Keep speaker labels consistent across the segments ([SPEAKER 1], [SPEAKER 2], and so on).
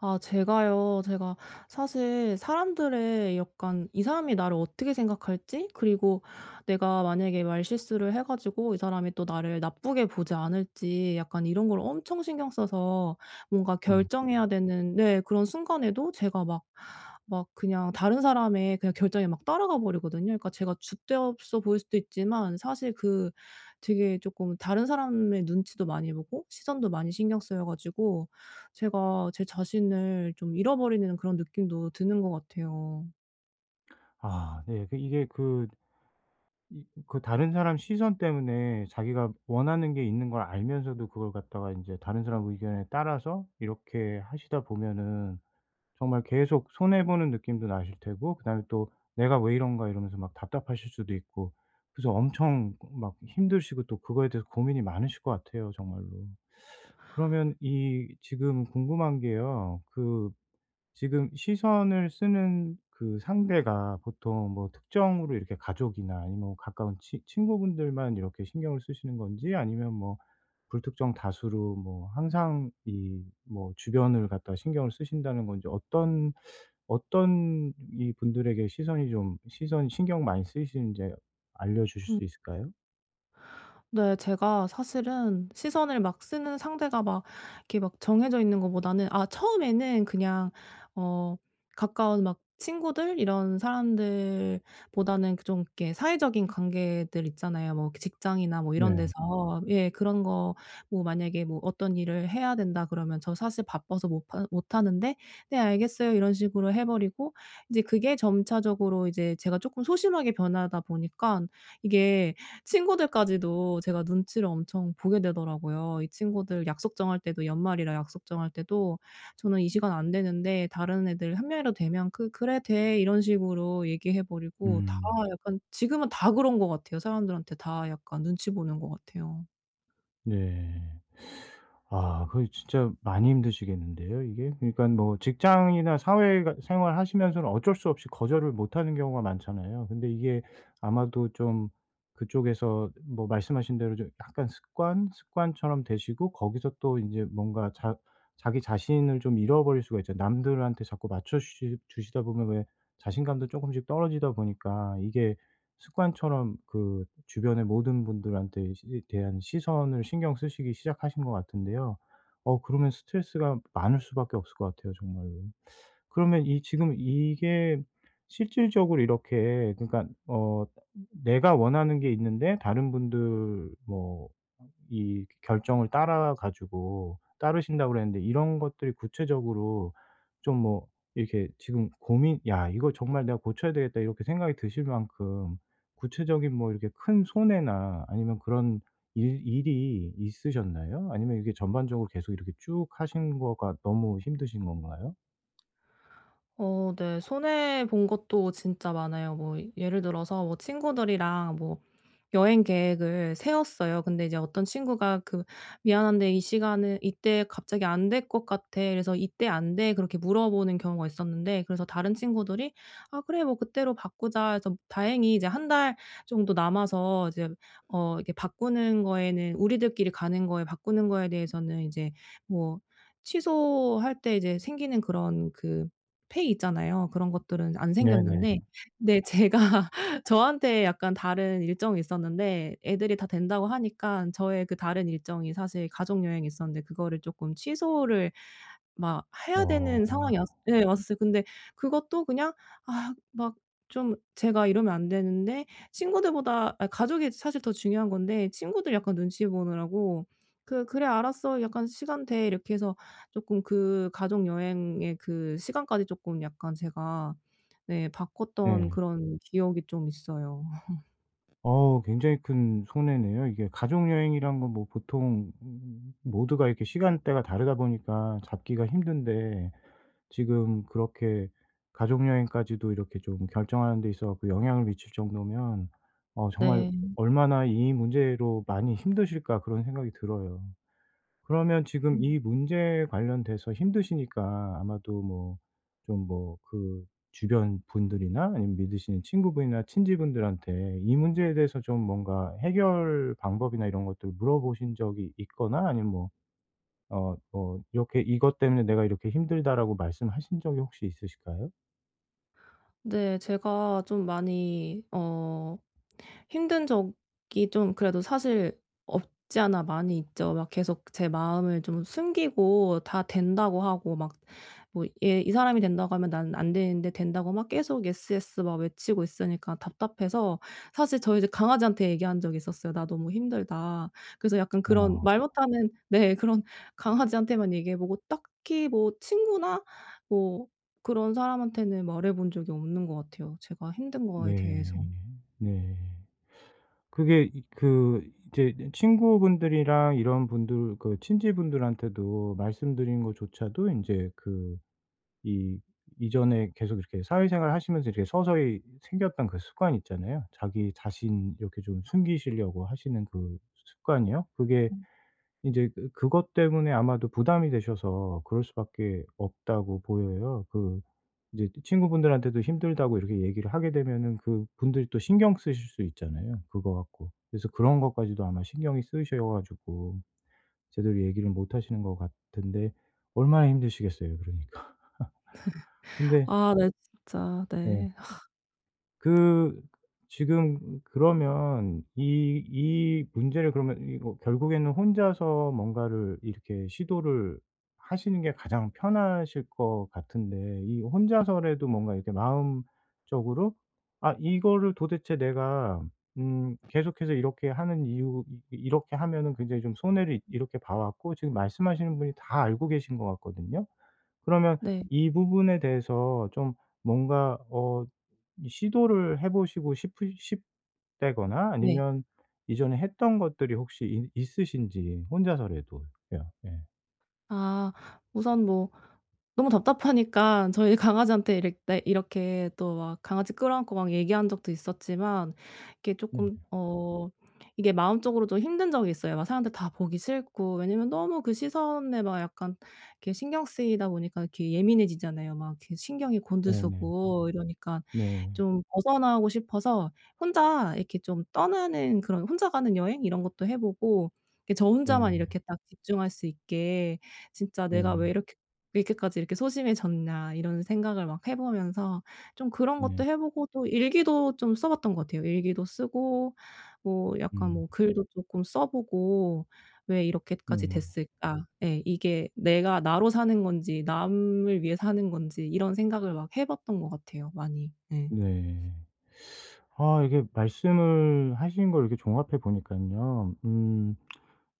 [SPEAKER 1] 아 제가요. 제가 사실 사람들의 약간 이 사람이 나를 어떻게 생각할지, 그리고 내가 만약에 말실수를 해 가지고 이 사람이 또 나를 나쁘게 보지 않을지, 약간 이런 걸 엄청 신경 써서 뭔가
[SPEAKER 2] 음.
[SPEAKER 1] 결정해야 되는, 네, 그런 순간에도 제가 막 그냥 다른 사람의 그냥 결정에 막 따라가 버리거든요. 그러니까 제가 줏대없어 보일 수도 있지만, 사실 그 되게 조금 다른 사람의 눈치도 많이 보고 시선도 많이 신경 쓰여 가지고 제가 제 자신을 좀 잃어버리는 그런 느낌도 드는 것 같아요.
[SPEAKER 2] 아 네. 그 이게 그 이 그 다른 사람 시선 때문에 자기가 원하는 게 있는 걸 알면서도 그걸 갖다가 이제 다른 사람 의견에 따라서 이렇게 하시다 보면은 정말 계속 손해 보는 느낌도 나실 테고, 그다음에 또 '내가 왜 이런가.' 이러면서 막 답답하실 수도 있고, 그래서 엄청 막 힘드시고 또 그거에 대해서 고민이 많으실 것 같아요, 정말로. 그러면 이 지금 궁금한 게요, 그 지금 시선을 쓰는 그 상대가 보통 뭐 특정으로 이렇게 가족이나 아니면 가까운 치 친구분들만 이렇게 신경을 쓰시는 건지, 아니면 뭐 불특정 다수로 뭐 항상 이 뭐 주변을 갖다가 신경을 쓰신다는 건지, 어떤 이 분들에게 시선이 좀 시선 신경 많이 쓰이시는지 알려 주실 수 있을까요?
[SPEAKER 1] 네. 제가 사실은 시선을 막 쓰는 상대가 막 이렇게 막 정해져 있는 것보다는, 아, 처음에는 그냥 어 가까운 막 친구들 이런 사람들보다는, 그 좀 이렇게 사회적인 관계들 있잖아요. 뭐 그 직장이나 뭐 이런
[SPEAKER 2] 네.
[SPEAKER 1] 데서, 예, 그런 거 뭐 만약에 뭐 "어떤 일을 해야 된다." 그러면 "저 사실 바빠서 못 하는데." "네 알겠어요." 이런 식으로 해 버리고, 이제 그게 점차적으로 이제 제가 조금 소심하게 변하다 보니까 이게 친구들까지도 제가 눈치를 엄청 보게 되더라고요. 이 친구들 약속 정할 때도, 연말이라 약속 정할 때도 저는 "이 시간 안 되는데." 다른 애들 한 명이라도 되면 그래 돼." 이런 식으로 얘기해 버리고 다
[SPEAKER 2] 음.
[SPEAKER 1] 약간 지금은 다 그런 것 같아요. 사람들한테 다 약간 눈치 보는 것 같아요.
[SPEAKER 2] 네. 아 그 진짜 많이 힘드시겠는데요 이게? 그러니까 뭐 직장이나 사회가 생활하시면서는 어쩔 수 없이 거절을 못 하는 경우가 많잖아요. 근데 이게 아마도 좀 그쪽에서 뭐 말씀하신 대로 좀 약간 습관처럼 되시고, 거기서 또 이제 뭔가 자 자기 자신을 좀 잃어버릴 수가 있죠. 남들한테 자꾸 맞춰 주시 주시다 보면 왜 자신감도 조금씩 떨어지다 보니까, 이게 습관처럼 그 주변의 모든 분들한테 시 대한 시선을 신경 쓰시기 시작하신 것 같은데요. 어 그러면 스트레스가 많을 수밖에 없을 것 같아요, 정말로. 그러면 이 지금 이게 실질적으로 이렇게, 그러니까 어 내가 원하는 게 있는데 다른 분들 뭐 이 결정을 따라 가지고 따르신다고 그랬는데, 이런 것들이 구체적으로 좀 뭐 이렇게 지금 고민, '야 이거 정말 내가 고쳐야 되겠다.' 이렇게 생각이 드실 만큼 구체적인 뭐 이렇게 큰 손해나 아니면 그런 일 일이 있으셨나요? 아니면 이게 전반적으로 계속 이렇게 쭉 하신 거가 너무 힘드신 건가요?
[SPEAKER 1] 어, 네. 손해 본 것도 진짜 많아요. 뭐 예를 들어서 뭐 친구들이랑 뭐 여행 계획을 세웠어요. 근데 이제 어떤 친구가 그 "미안한데 이 시간은 이때 갑자기 안 될 것 같아. 그래서 이때 안 돼." 그렇게 물어보는 경우가 있었는데, 그래서 다른 친구들이 "아 그래. 뭐 그때로 바꾸자." 해서 다행히 이제 한 달 정도 남아서, 이제 이렇게 바꾸는 거에는, 우리들끼리 가는 거에 바꾸는 거에 대해서는, 이제 뭐 취소할 때 이제 생기는 그런 그 페이 있잖아요. 그런 것들은 안
[SPEAKER 2] 네네.
[SPEAKER 1] 생겼는데, 네, 제가 저한테 약간 다른 일정이 있었는데 애들이 다 된다고 하니깐, 저의 그 다른 일정이 사실 가족 여행이 있었는데 그거를 쪼끔 취소를 막 해야
[SPEAKER 2] 어
[SPEAKER 1] 되는 상황이 왔 예 왔었어요. 근데 그것도 그냥 아 막 좀 제가 이러면 안 되는데, 친구들보다 아 가족이 사실 더 중요한 건데, 친구들 약간 눈치 보느라고 그래 알았어. 약간 시간 돼." 이렇게 해서 쪼끔 그 가족 여행의 그 시간까지 쪼끔 약간 제가, 네, 바꿨던
[SPEAKER 2] 네.
[SPEAKER 1] 그런 기억이 좀 있어요.
[SPEAKER 2] 어우 굉장히 큰 손해네요. 이게 가족 여행이란 건 뭐 보통 모두가 이렇게 시간대가 다르다 보니까 잡기가 힘든데, 지금 그렇게 가족 여행까지도 이렇게 좀 결정하는 데 있어 갖고 영향을 미칠 정도면 어 정말
[SPEAKER 1] 네.
[SPEAKER 2] '얼마나 이 문제로 많이 힘드실까.' 그런 생각이 들어요. 그러면 지금
[SPEAKER 1] 음.
[SPEAKER 2] 이 문제에 관련돼서 힘드시니까 아마도 뭐 좀 뭐 그 주변 분들이나 아니면 믿으시는 친구분이나 친지분들한테 이 문제에 대해서 좀 뭔가 해결 방법이나 이런 것들을 물어보신 적이 있거나, 아니면 뭐 어 뭐 "이렇게 이것 때문에 내가 이렇게 힘들다."라고 말씀하신 적이 혹시 있으실까요?
[SPEAKER 1] 네 제가 좀 많이 힘든 적이 좀 그래도 사실 없지 않아 많이 있죠. 막 계속 제 마음을 좀 숨기고 다 된다고 하고, 막 뭐 얘 이 사람이 된다고 하면 나는 안 되는데 된다고 막 계속 s s 막 외치고 있으니까 답답해서, 사실 저희 이제 강아지한테 얘기한 적이 있었어요. "나 너무 힘들다." 그래서 약간 그런
[SPEAKER 2] 어,
[SPEAKER 1] 말 못하는 네 그런 강아지한테만 얘기해 보고, 딱히 뭐 친구나 뭐 그런 사람한테는 말해 본 적이 없는 것 같아요, 제가 힘든 거에 대해서.
[SPEAKER 2] 네. 네. 그게 이 그 이제 친구분들이랑 이런 분들 그 친지분들한테도 말씀드린 것조차도 인제 그 이 이전에 계속 이렇게 사회생활 하시면서 이렇게 서서히 생겼던 그 습관 있잖아요, 자기 자신 이렇게 좀 숨기시려고 하시는 그 습관이요. 그게 인제 그 그것 때문에 아마도 부담이 되셔서 그럴 수밖에 없다고 보여요. 그 이제 친구분들한테도 힘들다고 이렇게 얘기를 하게 되면은 그분들이 또 신경 쓰실 수 있잖아요, 그거 갖고. 그래서 그런 것까지도 아마 신경이 쓰이셔 가지고 제대로 얘기를 못 하시는 것 같은데, 얼마나 힘드시겠어요, 그러니까. 근데.
[SPEAKER 1] 아 네. 진짜
[SPEAKER 2] 네.
[SPEAKER 1] 네.
[SPEAKER 2] 그 지금 그러면 이 이 문제를, 그러면 이거 결국에는 혼자서 뭔가를 이렇게 시도를 하시는 게 가장 편하실 것 같은데, 이 혼자서라도 뭔가 이렇게 마음적으로 '아 이거를 도대체 내가 계속해서 이렇게 하는 이유, 이 이렇게 하면은 굉장히 좀 손해를 이렇게 봐 왔고' 지금 말씀하시는 분이 다 알고 계신 것 같거든요. 그러면
[SPEAKER 1] 네.
[SPEAKER 2] 이 부분에 대해서 좀 뭔가 어 이 시도를 해 보시고 싶으 싶다거나,
[SPEAKER 1] 네.
[SPEAKER 2] 아니면 이전에 했던 것들이 혹시 있 있으신지, 혼자서라도요. 예. 네.
[SPEAKER 1] 아 우선 뭐 너무 답답하니까 저희 강아지한테 이렇게 이렇게 또 막 강아지 끌어안고 막 얘기한 적도 있었지만, 이게 조금 이게 마음적으로 좀 힘든 적이 있어요. 막 사람들 다 보기 싫고, 왜냐면 너무 그 시선에 막 약간 이렇게 신경 쓰이다 보니까 이렇게 예민해지잖아요. 막 이렇게 신경이
[SPEAKER 2] 네네.
[SPEAKER 1] 곤두서고 이러니까
[SPEAKER 2] 네.
[SPEAKER 1] 좀 벗어나고 싶어서 혼자 이렇게 좀 떠나는 그런, 혼자 가는 여행 이런 것도 해 보고, 이렇게 저 혼자만
[SPEAKER 2] 네.
[SPEAKER 1] 이렇게 딱 집중할 수 있게 진짜
[SPEAKER 2] 네.
[SPEAKER 1] '내가 왜
[SPEAKER 2] 네.
[SPEAKER 1] 이렇게 이렇게까지 이렇게 소심해졌나.' 이런 생각을 막 해 보면서 좀 그런 것도
[SPEAKER 2] 네.
[SPEAKER 1] 해 보고, 또 일기도 좀 써 봤던 것 같아요. 일기도 쓰고 뭐 약간
[SPEAKER 2] 음.
[SPEAKER 1] 뭐 글도 조금 써 보고 '왜 이렇게까지
[SPEAKER 2] 네.
[SPEAKER 1] 됐을까?' 예. 이게 '내가 나로 사는 건지 남을 위해 사는 건지.' 이런 생각을 막 해 봤던 것 같아요 많이. 네.
[SPEAKER 2] 네. 아 이게 말씀을 하신 걸 이렇게 종합해 보니깐요. 음.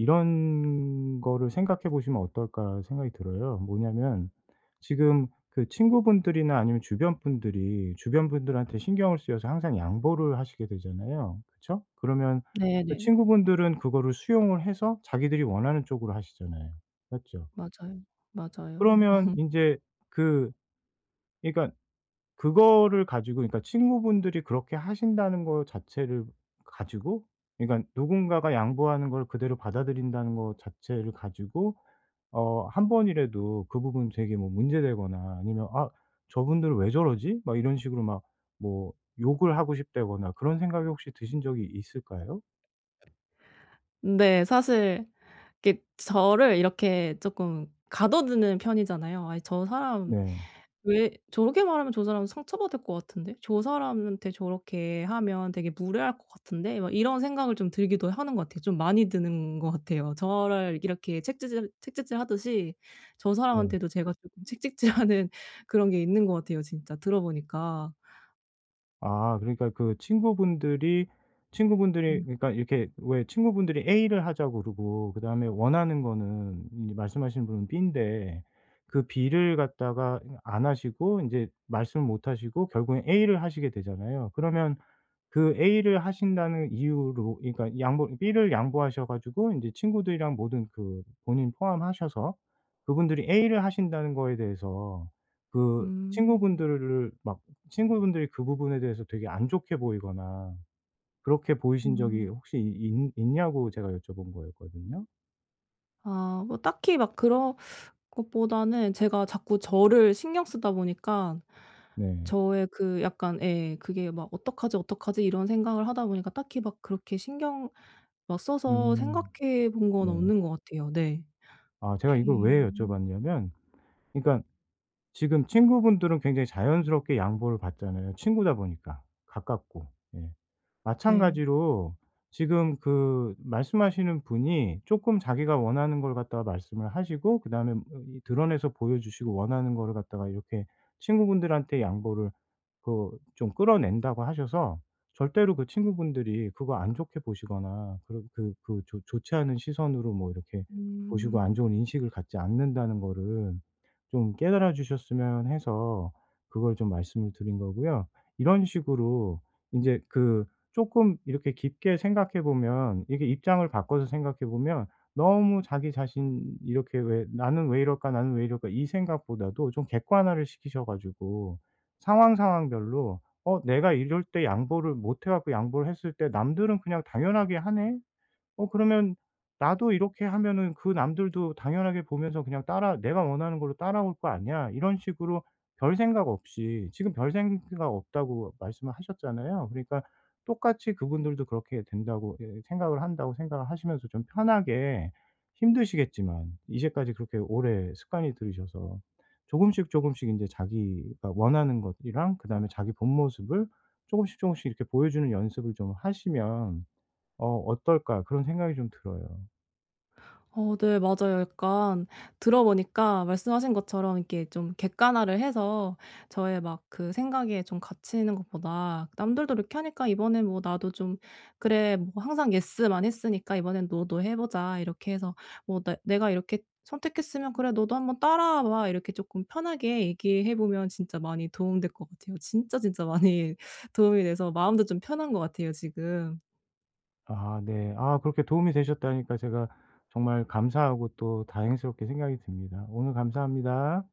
[SPEAKER 2] 이런 거를 생각해 보시면 어떨까 생각이 들어요. 뭐냐면 지금 그 친구분들이나 아니면 주변 분들한테 신경을 쓰여서 항상 양보를 하시게 되잖아요, 그쵸? 그러면 그
[SPEAKER 1] 네네.
[SPEAKER 2] 친구분들은 그거를 수용을 해서 자기들이 원하는 쪽으로 하시잖아요, 맞죠?
[SPEAKER 1] 맞아요. 맞아요.
[SPEAKER 2] 그러면 인제 그 그러니까 그거를 가지고, 그러니까 친구분들이 그렇게 하신다는 거 자체를 가지고, 그러니까 누군가가 양보하는 걸 그대로 받아들인다는 거 자체를 가지고 어 한 번이라도 그 부분 되게 뭐 문제되거나, 아니면 '아 저분들 왜 저러지?' 막 이런 식으로 막 뭐 욕을 하고 싶다거나 그런 생각이 혹시 드신 적이 있을까요?
[SPEAKER 1] 네. 사실 이렇게 저를 이렇게 조금 가둬두는 편이잖아요. '아이, 저 사람
[SPEAKER 2] 네.
[SPEAKER 1] 왜 저렇게 말하면 저 사람 상처받을 것 같은데? 저 사람한테 저렇게 하면 되게 무례할 것 같은데?' 막 이런 생각을 좀 들기도 하는 것 같아요. 좀 많이 드는 것 같아요. 저를 이렇게 책지질하듯이 저
[SPEAKER 2] 네.
[SPEAKER 1] 사람한테도 제가 조금 책찍질하는 그런 게 있는 것 같아요, 진짜 들어 보니까.
[SPEAKER 2] 아 그러니까 그 친구분들이
[SPEAKER 1] 음.
[SPEAKER 2] 그러니까 이렇게, 왜 친구분들이 A를 하자고 그러고 그다음에 원하는 거는 이 말씀하신 분은 B인데, 그 B를 갖다가 안 하시고 인제 말씀을 못 하시고 결국엔 A를 하시게 되잖아요. 그러면 그 A를 하신다는 이유로 그러니까 양보, B를 양보하셔 가지고 인제 친구들이랑 모든 그 본인 포함하셔서 그분들이 A를 하신다는 거에 대해서 그
[SPEAKER 1] 음.
[SPEAKER 2] 친구분들을 막 친구분들이 그 부분에 대해서 되게 안 좋게 보이거나 그렇게 보이신 적이
[SPEAKER 1] 음.
[SPEAKER 2] 혹시 있 있냐고 제가 여쭤본 거였거든요.
[SPEAKER 1] 아 뭐 딱히 막 그런, 그것보다는 제가 자꾸 저를 신경 쓰다 보니까
[SPEAKER 2] 네.
[SPEAKER 1] 저의 그 약간, 예, 그게 막 '어떡하지, 어떡하지?' 이런 생각을 하다 보니까 딱히 막 그렇게 신경 막 써서
[SPEAKER 2] 음.
[SPEAKER 1] 생각해 본 건
[SPEAKER 2] 네.
[SPEAKER 1] 없는 것 같아요. 네.
[SPEAKER 2] 아 제가 이걸
[SPEAKER 1] 비
[SPEAKER 2] 왜 여쭤봤냐면, 그러니까 지금 친구분들은 굉장히 자연스럽게 양보를 받잖아요, 친구다 보니까. 가깝고. 예.
[SPEAKER 1] 네.
[SPEAKER 2] 마찬가지로 지금 그 말씀하시는 분이 쪼끔 자기가 원하는 걸 갖다가 말씀을 하시고 그다음에 어 이 드러내서 보여주시고, 원하는 거를 갖다가 이렇게 친구분들한테 양보를 그 좀 끌어낸다고 하셔서 절대로 그 친구분들이 그거 안 좋게 보시거나 그런 그 그 좋 좋지 않은 시선으로 뭐 이렇게 보시고
[SPEAKER 1] 음.
[SPEAKER 2] 안 좋은 인식을 갖지 않는다는 거를 좀 깨달아 주셨으면 해서 그걸 좀 말씀을 드린 거고요. 이런 식으로 인제 그 쪼끔 이렇게 깊게 생각해 보면, 이게 입장을 바꿔서 생각해 보면, 너무 자기 자신 이렇게 왜 '나는 왜 이럴까? 나는 왜 이럴까?' 이 생각보다도 좀 객관화를 시키셔 가지고 상황 상황별로 '어 내가 이럴 때 양보를 못해 갖고 양보를 했을 때 남들은 그냥 당연하게 하네.' 어 그러면 나도 이렇게 하면은 그 남들도 당연하게 보면서 그냥 따라 '내가 원하는 걸로 따라올 거 아니야.' 이런 식으로 별 생각 없이, 지금 별 생각 없다고 말씀을 하셨잖아요. 그러니까 똑같이 그분들도 그렇게 된다고 예 생각을 한다고 생각을 하시면서 좀 편하게, 힘드시겠지만 이제까지 그렇게 오래 습관이 들으셔서 조금씩 조금씩 인제 자기가 원하는 것이랑 그다음에 자기 본 모습을 조금씩 조금씩 이렇게 보여주는 연습을 좀 하시면 어 '어떨까.' 그런 생각이 좀 들어요.
[SPEAKER 1] 어 네 맞아요. 약간 들어 보니까 말씀하신 것처럼 이렇게 좀 객관화를 해서 저의 막 그 생각에 좀 갇히는 것보다 남들도 이렇게 하니까 이번엔 뭐 나도 좀 '그래 뭐 항상 예스만 했으니까 이번엔 노도 해 보자.' 이렇게 해서 뭐 내 "내가 이렇게 선택했으면 그래 너도 한번 따라와 봐." 이렇게 조금 편하게 얘기해 보면 진짜 많이 도움될 것 같아요. 진짜, 진짜 많이 도움이 돼서 마음도 좀 편한 것 같아요 지금.
[SPEAKER 2] 아 네. 아 그렇게 도움이 되셨다니까 제가 정말 감사하고 또 다행스럽게 생각이 듭니다. 오늘 감사합니다.